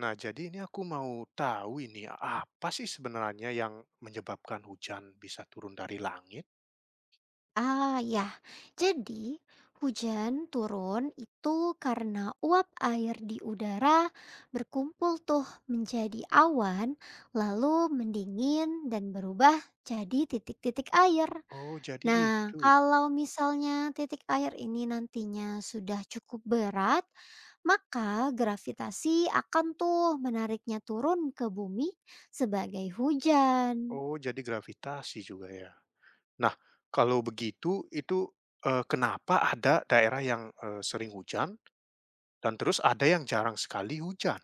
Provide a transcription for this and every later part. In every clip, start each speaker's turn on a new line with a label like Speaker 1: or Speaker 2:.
Speaker 1: Nah, jadi ini aku mau tahu ini, apa sih sebenarnya yang menyebabkan hujan bisa turun dari langit?
Speaker 2: Ah ya, jadi hujan turun itu karena uap air di udara berkumpul tuh menjadi awan, lalu mendingin dan berubah jadi titik-titik air.
Speaker 1: Oh, jadi
Speaker 2: Nah,
Speaker 1: itu.
Speaker 2: kalau misalnya titik air ini nantinya sudah cukup berat, maka gravitasi akan tuh menariknya turun ke bumi sebagai hujan.
Speaker 1: Oh, jadi gravitasi juga ya. Nah, kalau begitu itu, kenapa ada daerah yang, sering hujan dan terus ada yang jarang sekali hujan?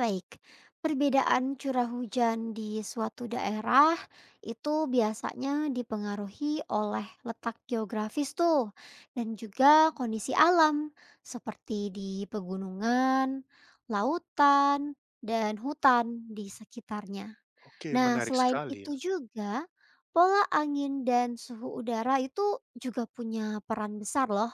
Speaker 2: Baik, perbedaan curah hujan di suatu daerah itu biasanya dipengaruhi oleh letak geografis tuh dan juga kondisi alam seperti di pegunungan, lautan, dan hutan di sekitarnya.
Speaker 1: Oke,
Speaker 2: Nah,
Speaker 1: menarik
Speaker 2: selain
Speaker 1: sekali ya.
Speaker 2: itu juga, pola angin dan suhu udara itu juga punya peran besar loh.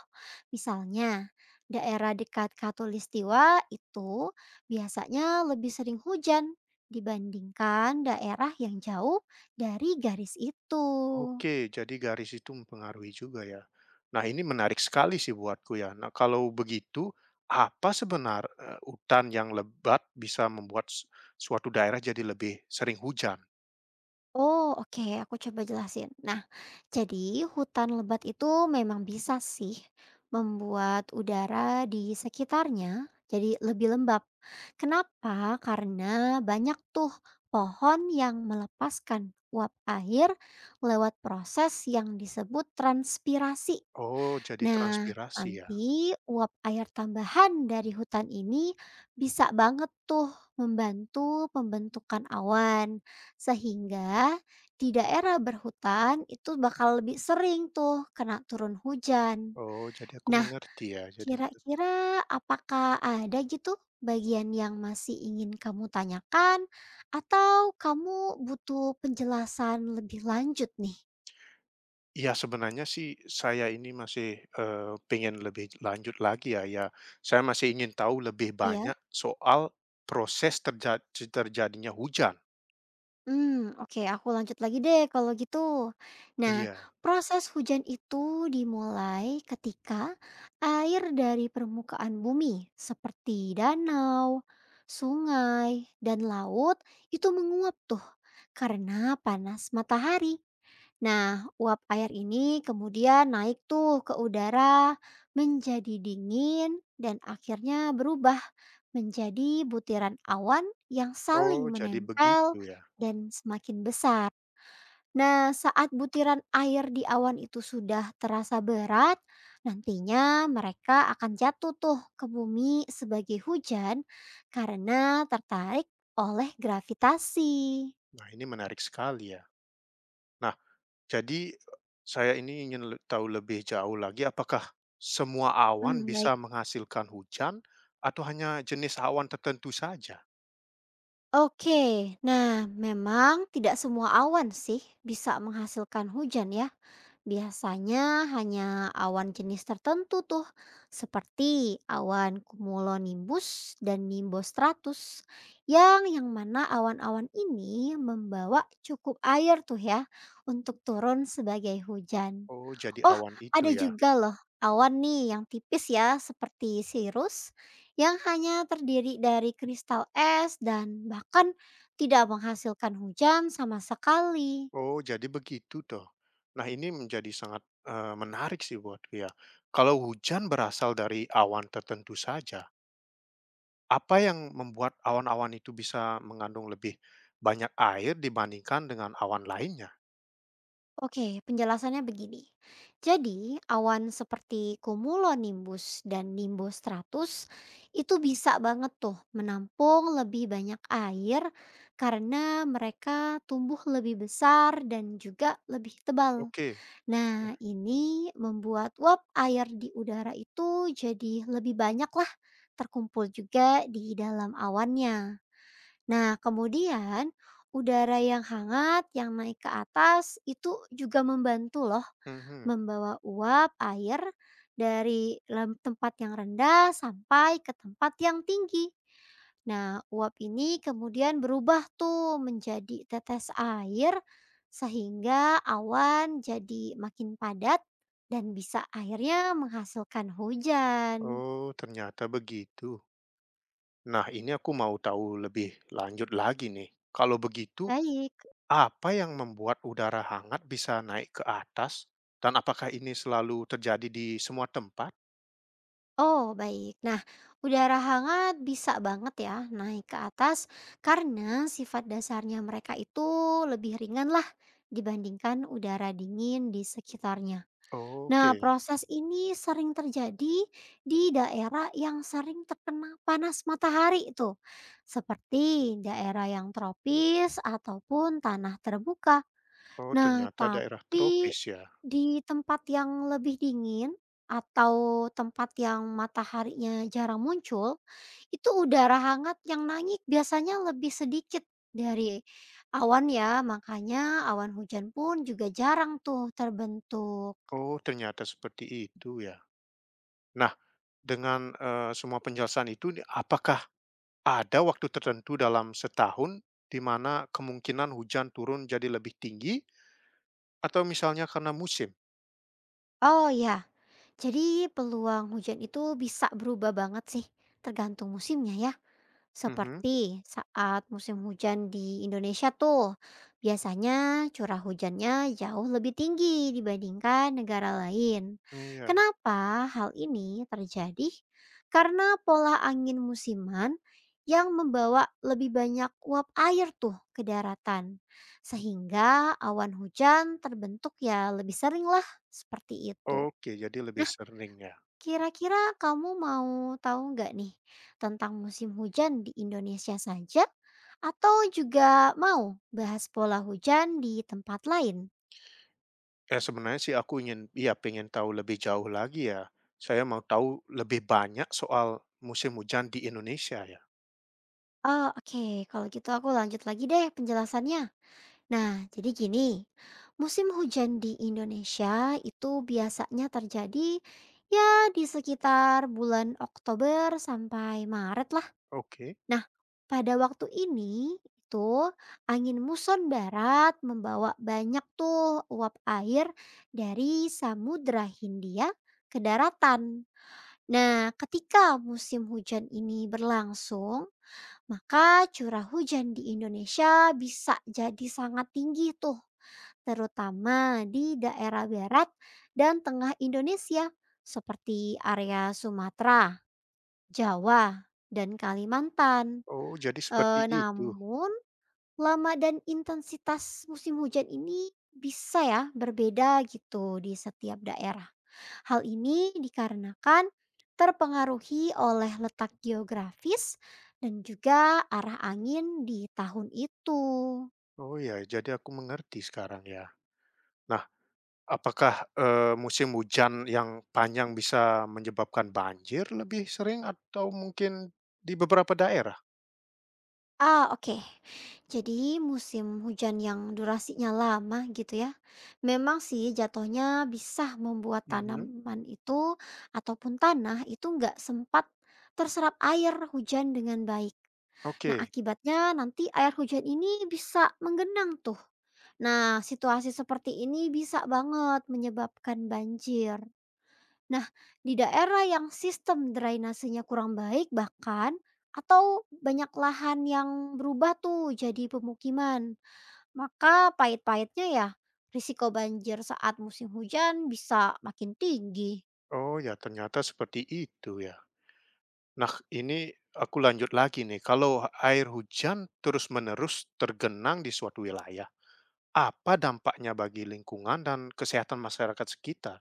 Speaker 2: Misalnya, daerah dekat Katulistiwa itu biasanya lebih sering hujan dibandingkan daerah yang jauh dari garis itu.
Speaker 1: Oke, jadi garis itu mempengaruhi juga ya. Nah, ini menarik sekali sih buatku ya. Nah, kalau begitu, apa sebenar hutan yang lebat bisa membuat suatu daerah jadi lebih sering hujan?
Speaker 2: Oh, oke, aku coba jelasin. Nah, jadi hutan lebat itu memang bisa sih membuat udara di sekitarnya jadi lebih lembab. Kenapa? Karena banyak tuh pohon yang melepaskan uap air lewat proses yang disebut transpirasi.
Speaker 1: Oh, jadi
Speaker 2: Nah,
Speaker 1: transpirasi ya?
Speaker 2: nanti uap air tambahan dari hutan ini bisa banget tuh membantu pembentukan awan. Sehingga di daerah berhutan itu bakal lebih sering tuh kena turun hujan.
Speaker 1: Oh, jadi aku
Speaker 2: Nah,
Speaker 1: mengerti ya, jadi mengerti.
Speaker 2: kira-kira apakah ada gitu bagian yang masih ingin kamu tanyakan atau kamu butuh penjelasan lebih lanjut nih?
Speaker 1: Iya, sebenarnya sih saya ini masih, pengen lebih lanjut lagi ya, ya. Saya masih ingin tahu lebih
Speaker 2: Ya.
Speaker 1: banyak soal proses terjadinya hujan.
Speaker 2: Hmm, oke, aku lanjut lagi deh kalau gitu. Nah,
Speaker 1: Iya.
Speaker 2: proses hujan itu dimulai ketika air dari permukaan bumi seperti danau, sungai, dan laut itu menguap tuh karena panas matahari. Nah, uap air ini kemudian naik tuh ke udara, menjadi dingin, dan akhirnya berubah menjadi butiran awan yang saling
Speaker 1: Oh, jadi
Speaker 2: menempel
Speaker 1: begitu ya?
Speaker 2: dan semakin besar. Nah, saat butiran air di awan itu sudah terasa berat, nantinya mereka akan jatuh tuh ke bumi sebagai hujan karena tertarik oleh gravitasi.
Speaker 1: Nah, ini menarik sekali ya. Nah, jadi saya ini ingin tahu lebih jauh lagi apakah semua awan
Speaker 2: Hmm,
Speaker 1: bisa
Speaker 2: baik.
Speaker 1: menghasilkan hujan atau hanya jenis awan tertentu saja?
Speaker 2: Oke, nah memang tidak semua awan sih bisa menghasilkan hujan ya. Biasanya hanya awan jenis tertentu tuh, seperti awan cumulonimbus dan nimbostratus. Yang mana awan-awan ini membawa cukup air tuh ya untuk turun sebagai hujan.
Speaker 1: Oh, jadi
Speaker 2: Oh,
Speaker 1: awan itu
Speaker 2: ada
Speaker 1: ya.
Speaker 2: juga loh awan nih yang tipis ya, seperti cirrus yang hanya terdiri dari kristal es dan bahkan tidak menghasilkan hujan sama sekali.
Speaker 1: Oh, jadi begitu toh. Nah, ini menjadi sangat menarik sih buatku ya. Kalau hujan berasal dari awan tertentu saja, apa yang membuat awan-awan itu bisa mengandung lebih banyak air dibandingkan dengan awan lainnya?
Speaker 2: Oke, penjelasannya begini. Jadi, awan seperti cumulonimbus dan nimbus stratus itu bisa banget tuh menampung lebih banyak air karena mereka tumbuh lebih besar dan juga lebih tebal.
Speaker 1: Oke.
Speaker 2: Nah, ini membuat uap air di udara itu jadi lebih banyak lah terkumpul juga di dalam awannya. Nah, kemudian udara yang hangat yang naik ke atas itu juga membantu loh
Speaker 1: Mhm.
Speaker 2: membawa uap air dari tempat yang rendah sampai ke tempat yang tinggi. Nah, uap ini kemudian berubah tuh menjadi tetes air sehingga awan jadi makin padat dan bisa akhirnya menghasilkan hujan.
Speaker 1: Oh, ternyata begitu. Nah, ini aku mau tahu lebih lanjut lagi nih. Kalau begitu,
Speaker 2: Baik.
Speaker 1: apa yang membuat udara hangat bisa naik ke atas? Dan apakah ini selalu terjadi di semua tempat?
Speaker 2: Oh, baik. Nah, udara hangat bisa banget ya naik ke atas karena sifat dasarnya mereka itu lebih ringan lah dibandingkan udara dingin di sekitarnya. Nah,
Speaker 1: Oke.
Speaker 2: proses ini sering terjadi di daerah yang sering terkena panas matahari itu, seperti daerah yang tropis ataupun tanah terbuka.
Speaker 1: Oh,
Speaker 2: Nah,
Speaker 1: ternyata daerah
Speaker 2: tapi
Speaker 1: tropis ya.
Speaker 2: di tempat yang lebih dingin atau tempat yang mataharinya jarang muncul, itu udara hangat yang naik biasanya lebih sedikit dari awan ya, makanya awan hujan pun juga jarang tuh terbentuk.
Speaker 1: Oh, ternyata seperti itu ya. Nah, dengan semua penjelasan itu, nih, apakah ada waktu tertentu dalam setahun di mana kemungkinan hujan turun jadi lebih tinggi atau misalnya karena musim?
Speaker 2: Oh ya, jadi peluang hujan itu bisa berubah banget sih, tergantung musimnya ya.
Speaker 1: Mhm.
Speaker 2: Seperti saat musim hujan di Indonesia tuh, biasanya curah hujannya jauh lebih tinggi dibandingkan negara lain.
Speaker 1: Iya.
Speaker 2: Kenapa hal ini terjadi? Karena pola angin musiman yang membawa lebih banyak uap air tuh ke daratan. Sehingga awan hujan terbentuk ya lebih sering lah seperti itu.
Speaker 1: Oke, jadi lebih sering ya?
Speaker 2: Kira-kira kamu mau tahu nggak nih tentang musim hujan di Indonesia saja atau juga mau bahas pola hujan di tempat lain?
Speaker 1: Ya sebenarnya sih aku ingin iya pengen tahu lebih jauh lagi ya. Saya mau tahu lebih banyak soal musim hujan di Indonesia ya?
Speaker 2: Oh, oke. Kalau gitu aku lanjut lagi deh penjelasannya. Nah, jadi gini, musim hujan di Indonesia itu biasanya terjadi ya di sekitar bulan Oktober sampai Maret.
Speaker 1: Oke.
Speaker 2: Nah, pada waktu ini itu angin muson barat membawa banyak tuh uap air dari Samudra Hindia ke daratan. Nah, ketika musim hujan ini berlangsung, maka curah hujan di Indonesia bisa jadi sangat tinggi tuh, terutama di daerah barat dan tengah Indonesia seperti area Sumatera, Jawa, dan Kalimantan.
Speaker 1: Oh, jadi seperti itu.
Speaker 2: Namun lama dan intensitas musim hujan ini bisa ya berbeda gitu di setiap daerah. Hal ini dikarenakan terpengaruhi oleh letak geografis dan juga arah angin di tahun itu.
Speaker 1: Oh ya, jadi aku mengerti sekarang ya. Nah, apakah, musim hujan yang panjang bisa menyebabkan banjir lebih sering atau mungkin di beberapa daerah?
Speaker 2: Ah, oke. Jadi musim hujan yang durasinya lama gitu ya. Memang sih jatuhnya bisa membuat
Speaker 1: Mhm,
Speaker 2: tanaman itu ataupun tanah itu nggak sempat terserap air hujan dengan baik. Nah,
Speaker 1: oke.
Speaker 2: akibatnya nanti air hujan ini bisa menggenang tuh. Nah, situasi seperti ini bisa banget menyebabkan banjir. Nah, di daerah yang sistem drainasenya kurang baik bahkan atau banyak lahan yang berubah tuh jadi pemukiman. Maka pahit-pahitnya ya, risiko banjir saat musim hujan bisa makin tinggi.
Speaker 1: Oh ya, ternyata seperti itu ya. Nah, ini aku lanjut lagi nih. Kalau air hujan terus-menerus tergenang di suatu wilayah, apa dampaknya bagi lingkungan dan kesehatan masyarakat sekitar?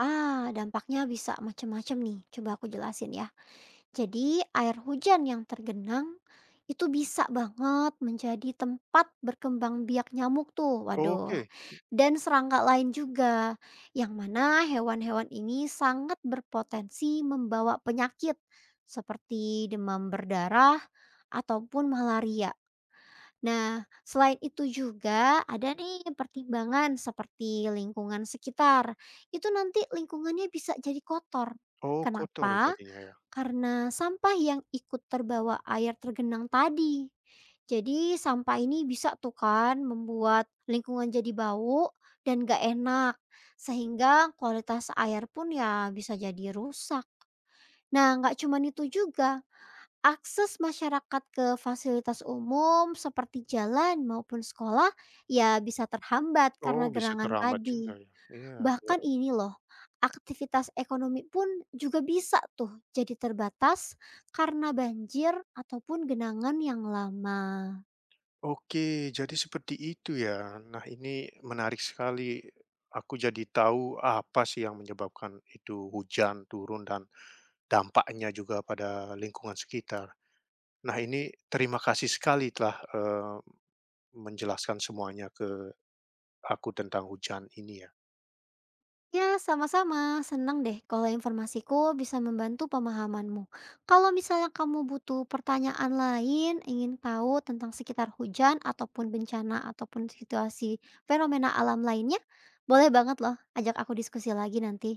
Speaker 2: Ah, dampaknya bisa macam-macam nih. Coba aku jelasin ya. Jadi, air hujan yang tergenang itu bisa banget menjadi tempat berkembang biak nyamuk tuh. Waduh,
Speaker 1: Oke.
Speaker 2: dan serangga lain juga, yang mana hewan-hewan ini sangat berpotensi membawa penyakit seperti demam berdarah ataupun malaria. Nah, selain itu juga ada nih pertimbangan seperti lingkungan sekitar. Itu nanti lingkungannya bisa jadi kotor.
Speaker 1: Oh, kotor
Speaker 2: Kenapa?
Speaker 1: jadinya ya.
Speaker 2: Karena sampah yang ikut terbawa air tergenang tadi. Jadi sampah ini bisa tuh kan membuat lingkungan jadi bau dan gak enak. Sehingga kualitas air pun ya bisa jadi rusak. Nah gak cuman itu juga. Akses masyarakat ke fasilitas umum seperti jalan maupun sekolah ya bisa terhambat
Speaker 1: Oh,
Speaker 2: karena
Speaker 1: bisa
Speaker 2: gerangan
Speaker 1: terambat juga
Speaker 2: tadi.
Speaker 1: ya. Iya, iya.
Speaker 2: Bahkan ini loh, aktivitas ekonomi pun juga bisa tuh jadi terbatas karena banjir ataupun genangan yang lama.
Speaker 1: Oke, jadi seperti itu ya. Nah, ini menarik sekali. Aku jadi tahu apa sih yang menyebabkan itu hujan turun dan dampaknya juga pada lingkungan sekitar. Nah, ini terima kasih sekali telah menjelaskan semuanya ke aku tentang hujan ini ya.
Speaker 2: Ya, sama-sama. Senang deh kalau informasiku bisa membantu pemahamanmu. Kalau misalnya kamu butuh pertanyaan lain, ingin tahu tentang sekitar hujan ataupun bencana ataupun situasi fenomena alam lainnya, boleh banget loh ajak aku diskusi lagi nanti.